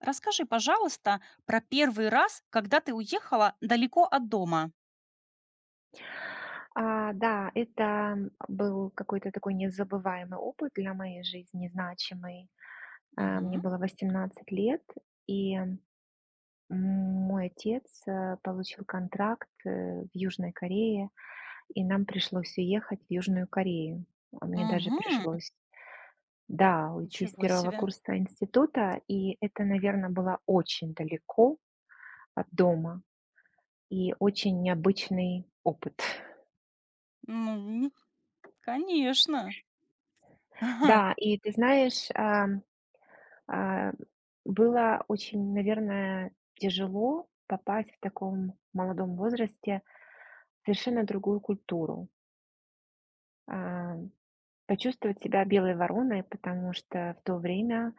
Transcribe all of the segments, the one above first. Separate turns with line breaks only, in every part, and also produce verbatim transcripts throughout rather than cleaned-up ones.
Расскажи, пожалуйста, про первый раз, когда ты уехала далеко от дома.
А, да, это был какой-то такой незабываемый опыт для моей жизни, значимый. Э, мне
Угу,
было восемнадцать лет, и мой отец, э, получил контракт, э, в Южной Корее, и нам пришлось уехать в Южную Корею. А мне даже
угу.
пришлось, да, уйти с
Ничего
первого
себе.
курса института, и это, наверное, было очень далеко от дома и очень необычный опыт.
Ну, конечно.
Да, и ты знаешь, а А, было очень, наверное, тяжело попасть в таком молодом возрасте в совершенно другую культуру, а, почувствовать себя белой вороной, потому что в то время,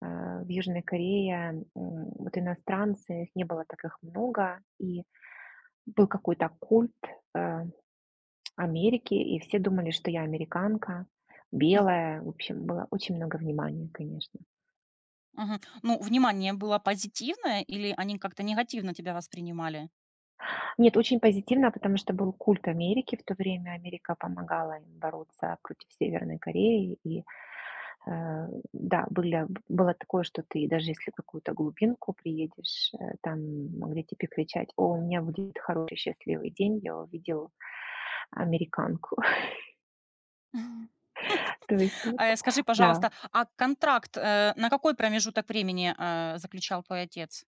а, в Южной Корее, м, вот иностранцы, их не было так их много, и был какой-то культ, э, Америки, и все думали, что я американка,
Ага.
белая. В общем, было очень много внимания, конечно.
Мгм. Ну, внимание было позитивное или они как-то негативно тебя воспринимали?
Нет, очень позитивно, потому что был культ Америки в то время. Америка помогала им бороться против Северной Кореи. И, э, да, были, было такое, что ты даже если в какую-то глубинку приедешь, э, там могли тебе кричать: "О, у меня будет хороший, счастливый день, я увидел американку". То есть вот,
Э, скажи,
да.
пожалуйста, а контракт, э, на какой промежуток времени, э, заключал твой отец?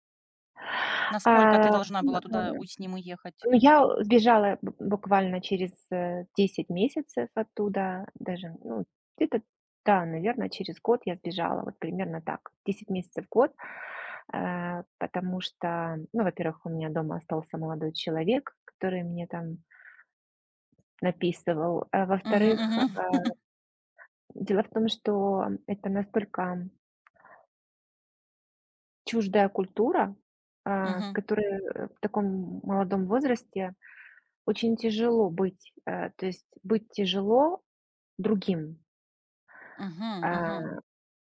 Насколько ты
А,
должна
ну,
была туда
а
у с ним уехать?
Ну, я сбежала б буквально через, э, десять месяцев оттуда, даже, ну, где-то, да, наверное, через год я сбежала, вот примерно так, десять месяцев, год. Э, потому что, ну, во-первых, у меня дома остался молодой человек, который мне там написывал. А
Мгм,
во-вторых,
мгм.
э, дело в том, что это настолько чуждая культура, а, в
Мгм.
которой, э, в таком молодом возрасте очень тяжело быть. Э, то есть быть тяжело, другим.
Мгм,
А,
мгм.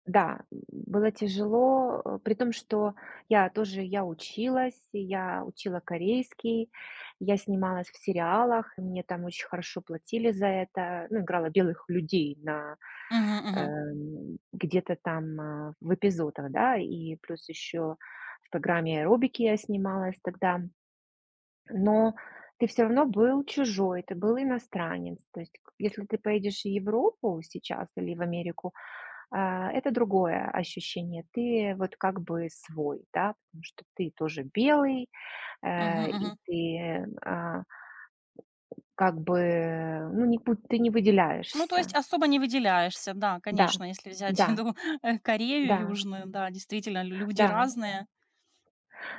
да, было тяжело, э, при том, что я тоже я училась, и я учила корейский, я снималась в сериалах, и мне там очень хорошо платили за это. Ну, играла белых людей на,
Мгм, мгм.
эм, где-то там, а, в эпизодах, да, и плюс еще в программе аэробики я снималась тогда. Но ты все равно был чужой, ты был иностранец. То есть, к если ты поедешь в Европу сейчас или в Америку, А, это другое ощущение. Ты вот как бы свой, да, потому что ты тоже белый,
Мгм,
э, и
мгм.
ты, а, как бы, ну, не буд ты не
Ну, то
выделяешься.
есть особо не выделяешься, да,
Да,
конечно, если взять
да,
в виду, э, Корею
да,
Южную, да, действительно, лю люди
да,
разные.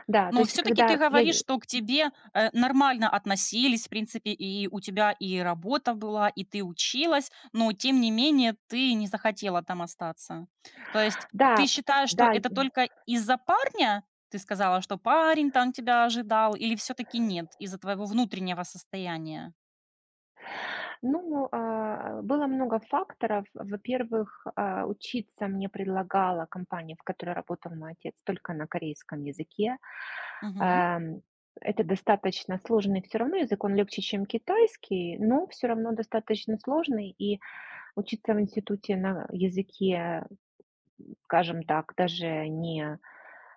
да. То
Но
есть
все таки ты
когда я
говоришь,
не,
что к тебе, э, нормально относились, в принципе, и у тебя и работа была, и ты училась, но тем не менее ты не захотела там остаться. То есть ты
да,
считаешь, что
да.
это только из-за парня? Ты сказала, что парень там тебя ожидал, или все таки нет, из-за твоего внутреннего состояния?
Ну, а, было много факторов. Во-первых, а, учиться мне предлагала компания, в которой работал мой отец, только на корейском языке.
Мгм.
Ам, это достаточно сложный все равно язык, он легче, чем китайский, но все равно достаточно сложный. И учиться в институте на языке, скажем так, даже не,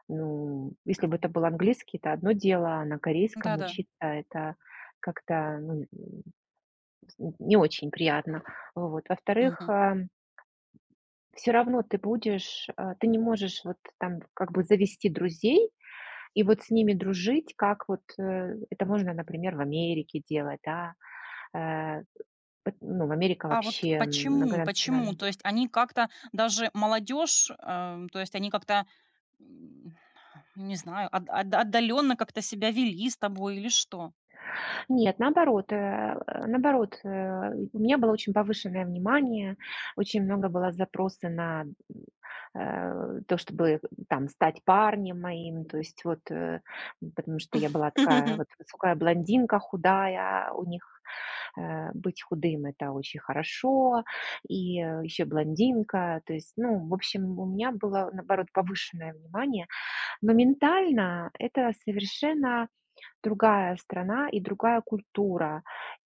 ну, если бы это был английский, это одно дело, а на корейском
Да-да.
учиться это как-то, ну, не очень приятно. Вот. Во-вторых, все равно ты будешь, а, ты не можешь вот там как бы завести друзей и вот с ними дружить, как вот, э, это можно, например, в Америке делать, да. Э, пот Ну, Америка
А вот
вообще
почему почему?
многонациональна.
То есть они как-то даже молодежь, эм, то есть они как-то, м, не знаю, отдаленно как-то себя вели с тобой или что?
Нет, наоборот, э, наоборот, э, у меня было очень повышенное внимание, очень много было запроса на, э, то, чтобы там стать парнем моим. То есть вот, э, потому что я была такая вот высокая блондинка, худая, у них, э, быть худым это очень хорошо, и, э, еще блондинка, то есть, ну, в общем, у меня было, наоборот, повышенное внимание, но ментально это совершенно другая страна и другая культура.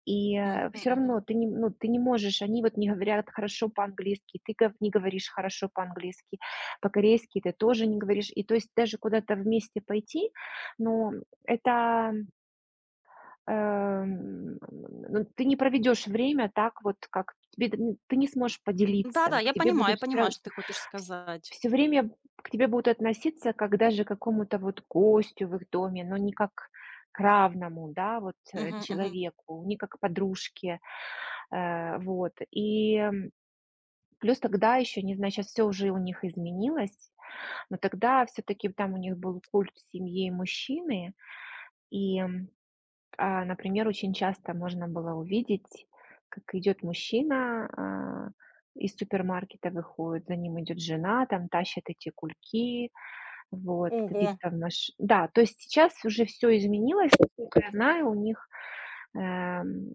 И
Мгм,
все
мгм.
равно ты не, ну, ты не можешь, они вот не говорят хорошо по-английски, ты гов не говоришь хорошо по-английски, по-корейски ты тоже не говоришь. И то есть даже куда-то вместе пойти, но это, эм, ну, ты не проведешь время так вот, как тебе д н ты не сможешь
Да-да,
поделиться, к
я
тебе
понимаю я
будут всё ра
понимаю, что ты хочешь сказать.
все время к тебе будут относиться как даже к какому-то вот гостю в их доме, но не как к равному, да, вот, э,
Мгм, мгм.
человеку, не как к подружке, э, вот. И, м, плюс тогда еще, не знаю, сейчас все уже у них изменилось, но тогда все таки там у них был культ семьи и мужчины. И, м, а, например, очень часто можно было увидеть, как идет мужчина, а, из супермаркета выходит, за ним идет жена, там тащит эти кульки, вот,
Ого!
садиться в наш. Да, то есть сейчас уже все изменилось. Насколько я знаю, у них, эм,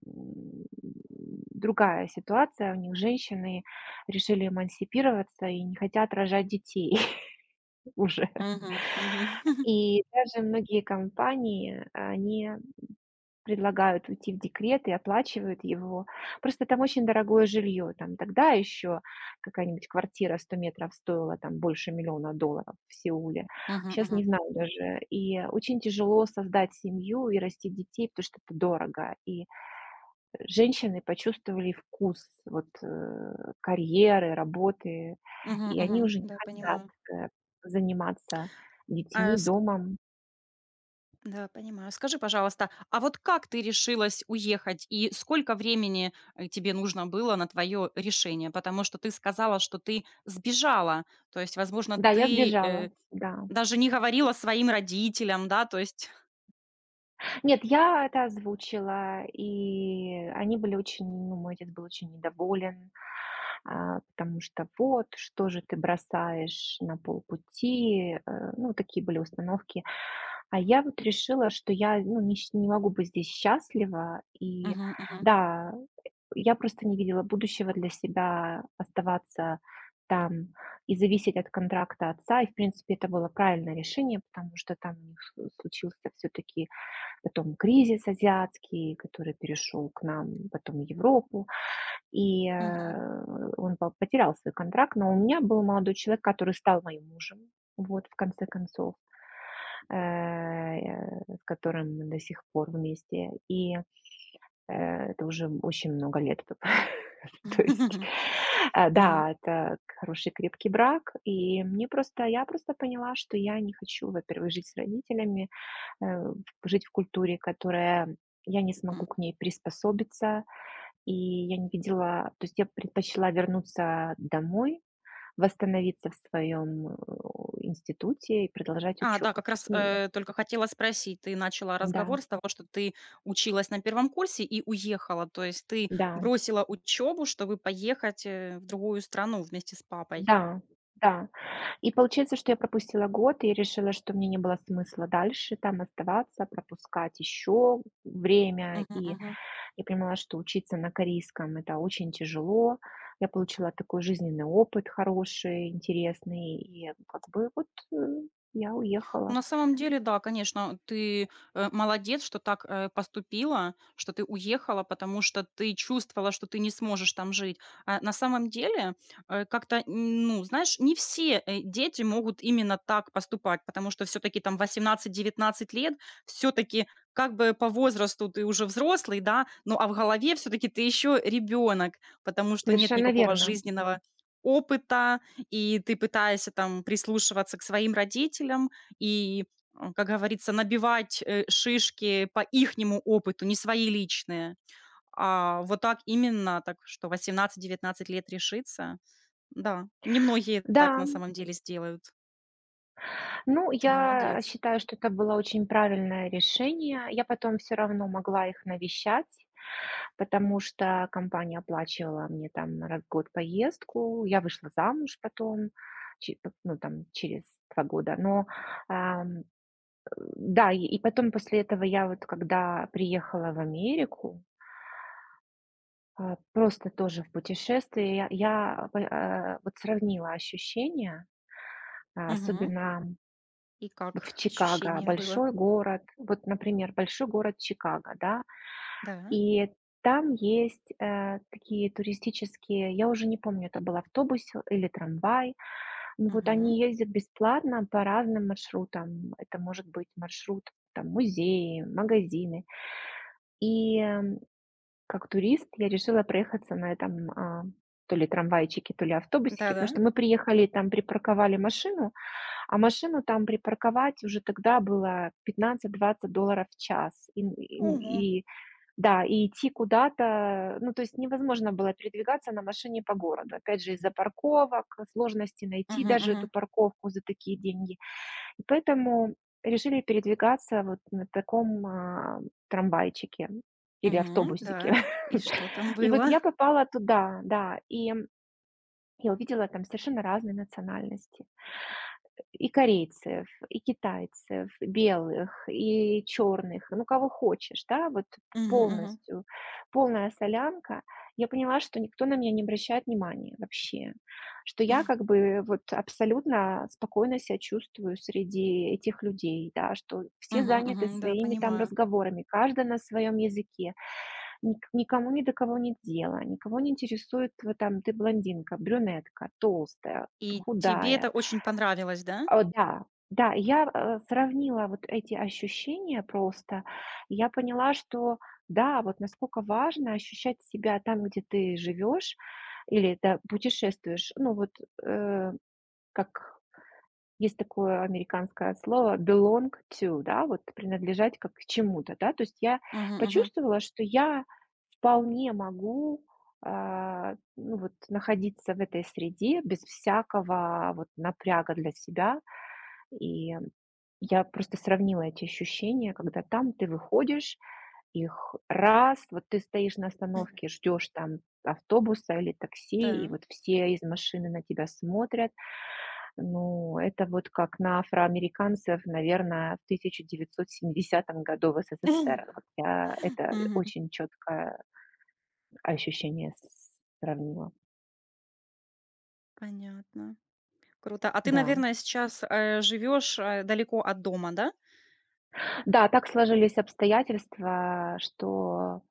другая ситуация. У них женщины решили эмансипироваться и не хотят рожать детей уже.
Мгм, мгм.
И даже многие компании, они предлагают уйти в декрет и оплачивают его. Просто там очень дорогое жилье. Там тогда еще какая-нибудь квартира сто метров стоила там больше миллиона долларов в Сеуле.
Мгм,
Сейчас не
мгм.
знаю даже. И очень тяжело создать семью и расти детей, потому что это дорого. И женщины почувствовали вкус вот, э, карьеры, работы,
Мгм,
и они
мгм.
уже не
Да,
хотят,
понимаю.
э, заниматься
А
детьми, домом.
Да, понимаю. Скажи, пожалуйста, а вот как ты решилась уехать и сколько времени э, тебе нужно было на твое решение? Потому что ты сказала, что ты сбежала. То есть, возможно,
Да, я
ты э,
сбежала, да.
даже не говорила своим родителям, да, то есть.
Нет, я это озвучила, и они были очень, ну, мой отец был очень недоволен, а, потому что вот, что же ты бросаешь на полпути, э, ну, такие были установки. А я вот решила, что я, ну, не, щ- не могу быть здесь счастлива, и
Мгм, мгм,
да, я просто не видела будущего для себя оставаться там и зависеть от контракта отца. И, в принципе, это было правильное решение, потому что там у них с- случился все-таки потом кризис азиатский, который перешел к нам, потом в Европу, и, э,
мгм.
он по потерял свой контракт. Но у меня был молодой человек, который стал моим мужем, вот, в конце концов, э, с которым мы до сих пор вместе, и, э, это уже очень много лет. То есть, э,
Мгм,
да, это хороший крепкий брак, и мне просто я просто поняла, что я не хочу, во-первых, жить с родителями, э, жить в культуре, которая я не смогу
м.
к ней приспособиться. И я не видела, то есть я предпочла вернуться домой, восстановиться в своем, э, институте и продолжать
А, да,
учебу.
как
То
раз
есть не,
э, только хотела спросить, ты начала
да,
разговор с того, что ты училась на первом курсе и уехала, то есть ты
да,
бросила учебу, чтобы поехать э, в другую страну вместе с папой.
да, да. И получается, что я пропустила год, и я решила, что мне не было смысла дальше там оставаться, пропускать еще время.
Мгм,
И
мгм.
я понимала, что учиться на корейском — это очень тяжело. Я получила такой жизненный опыт хороший, интересный, и как бы вот, э, я уехала.
На самом деле, да, конечно, ты, э, молодец, что так, э, поступила, что ты уехала, потому что ты чувствовала, что ты не сможешь там жить. А на самом деле, э, как-то, н ну, знаешь, не все, э, дети могут именно так поступать, потому что все таки там восемнадцать девятнадцать лет, все таки как бы по возрасту ты уже взрослый, да, ну, а в голове все таки ты еще ребенок, потому что нет
Совершенно
никакого
верно.
жизненного опыта, и ты пытаешься там прислушиваться к своим родителям, и, э, как говорится, набивать, э, шишки по ихнему опыту, не свои личные. А вот так именно, так что восемнадцать-девятнадцать лет решиться. Да, немногие
Да,
так на самом деле сделают.
ну,
Ты
я
молодец.
считаю, что это было очень правильное решение. Я потом все равно могла их навещать, потому что компания оплачивала мне там раз в год поездку. Я вышла замуж потом, че ну, там через два года, но. Да, и и потом после этого я вот когда приехала в Америку, а, просто тоже в путешествии, я я п а, вот сравнила ощущения, а,
Мгм.
особенно
И
вот
как
в Чикаго,
ощущение было?
большой город. Вот, например, большой город Чикаго, да,
Да.
и там есть, э, такие туристические, я уже не помню, это был автобус или трамвай. Ну, вот
Мгм.
они ездят бесплатно по разным маршрутам. Это может быть маршрут, там, музеи, магазины. И эм, Как турист я решила проехаться на этом, а, то ли трамвайчике, то ли автобусике, потому
Да-да.
что мы приехали, там припарковали машину, а машину там припарковать уже тогда было пятнадцать-двадцать долларов в час. И
Ого.
и и да, и идти куда-то, ну, то есть невозможно было передвигаться на машине по городу. Опять же, из-за парковок, сложности
Мгм,
найти даже эту
мгм,
парковку за такие деньги. И поэтому решили передвигаться вот на таком, а, трамвайчике или
мгм.
автобусике.
Да. И что там
И вот
было?
я попала туда, да, и я увидела там совершенно разные национальности. И корейцев, и китайцев, и белых, и черных, ну, кого хочешь, да, вот
Мгм, мгм.
полностью, полная солянка. Я поняла, что никто на меня не обращает внимания вообще, что я как бы вот абсолютно спокойно себя чувствую среди этих людей, да, что все
Мгм,
заняты
мгм. Да,
своими там
понимаю.
разговорами, каждый на своем языке, ник никому ни до кого нет дела, никого не интересует, вот там, ты блондинка, брюнетка, толстая,
И тебе
худая.
это очень понравилось, да?
О да, да, я, э, сравнила вот эти ощущения просто. Я поняла, что да, вот насколько важно ощущать себя там, где ты живешь или да, путешествуешь. Ну вот, э, как есть такое американское слово belong to, да, вот принадлежать как к чему-то, да. То есть я
Мгм, мгм.
почувствовала, что я вполне могу, а, ну вот находиться в этой среде без всякого вот напряга для себя, и я просто сравнила эти ощущения, когда там ты выходишь, их раз, вот ты стоишь на остановке, ждешь там автобуса или такси, и
Да.
вот все из машины на тебя смотрят. Ну, это вот как на афроамериканцев, наверное, в тысяча девятьсот семидесятом году в
Мгм.
СССР. Вот я это очень четкое ощущение с- сравнила.
Понятно. Круто. А ты,
Да.
наверное, сейчас, э, живешь, э, далеко от дома, да?
Да, так сложились обстоятельства, что,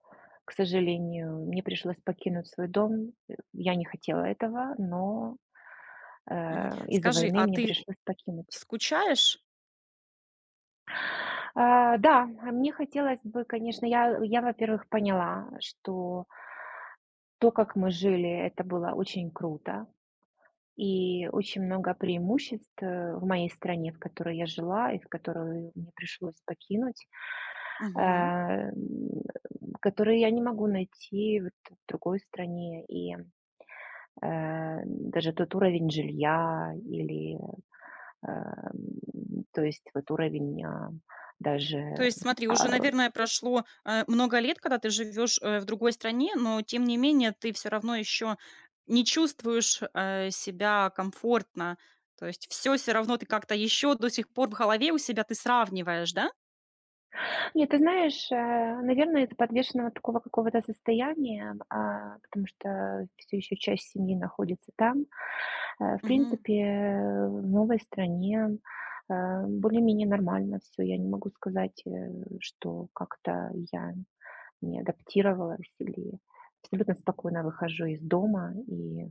к сожалению, мне пришлось покинуть свой дом. Э, я не хотела этого, но, э,
Мгм.
из-за
Скажи,
войны
а
мне
ты
пришлось покинуть.
скучаешь?
А, да, а мне хотелось бы, конечно, я я, во-первых, поняла, что то, как мы жили, это было очень круто, и очень много преимуществ, э, в моей стране, в которой я жила и в которую мне пришлось покинуть.
Мгм.
э, Которые я не могу найти вот в другой стране. И, э, даже тот уровень жилья или, эм, то есть вот уровень, а,
То
даже...
есть смотри,
а,
уже, наверное, прошло, э, много лет, когда ты живешь, э, в другой стране, но тем не менее ты все равно еще не чувствуешь, э, себя комфортно. То есть все, все равно ты как-то еще до сих пор в голове у себя ты сравниваешь, да?
Нет, ты знаешь, э, наверное, из-за подвешенного такого какого-то состояния, а, потому что все еще часть семьи находится там, э, в
Мгм.
принципе, э, в новой стране, э, более-менее нормально все. Я не могу сказать, э, что как-то я не адаптировалась или абсолютно спокойно выхожу из дома и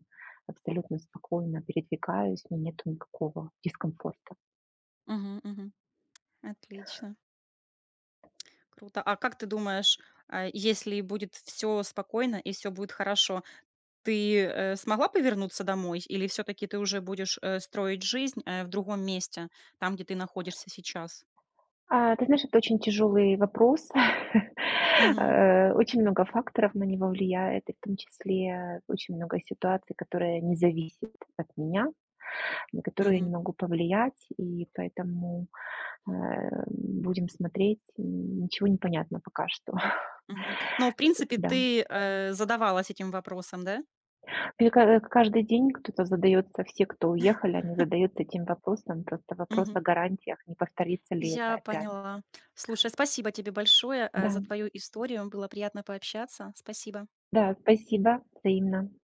абсолютно спокойно передвигаюсь, у меня нету никакого дискомфорта.
Мгм мгм. Отлично. Круто. А как ты думаешь, а, если будет все спокойно и все будет хорошо, ты, э, смогла повернуться домой или все таки ты уже будешь, э, строить жизнь, э, в другом месте, там, где ты находишься сейчас?
А, ты знаешь, это очень тяжелый вопрос.
Мгм.
Э, Очень много факторов на него влияет, и в том числе очень много ситуаций, которые не зависят от меня, на которые я не
Мгм.
могу повлиять, и поэтому, э, будем смотреть, м, ничего не понятно пока что.
Мгм. Но, в принципе,
Да.
ты, э, задавалась этим вопросом, да?
Мне ка каждый день кто-то задается, все, кто уехали, они задаются этим вопросом. Просто вопрос
Мгм.
о гарантиях, не повторится ли это
Я
опять.
поняла. Слушай, спасибо тебе большое, э, за
Да,
твою историю. Было приятно пообщаться. Спасибо.
да, спасибо, взаимно.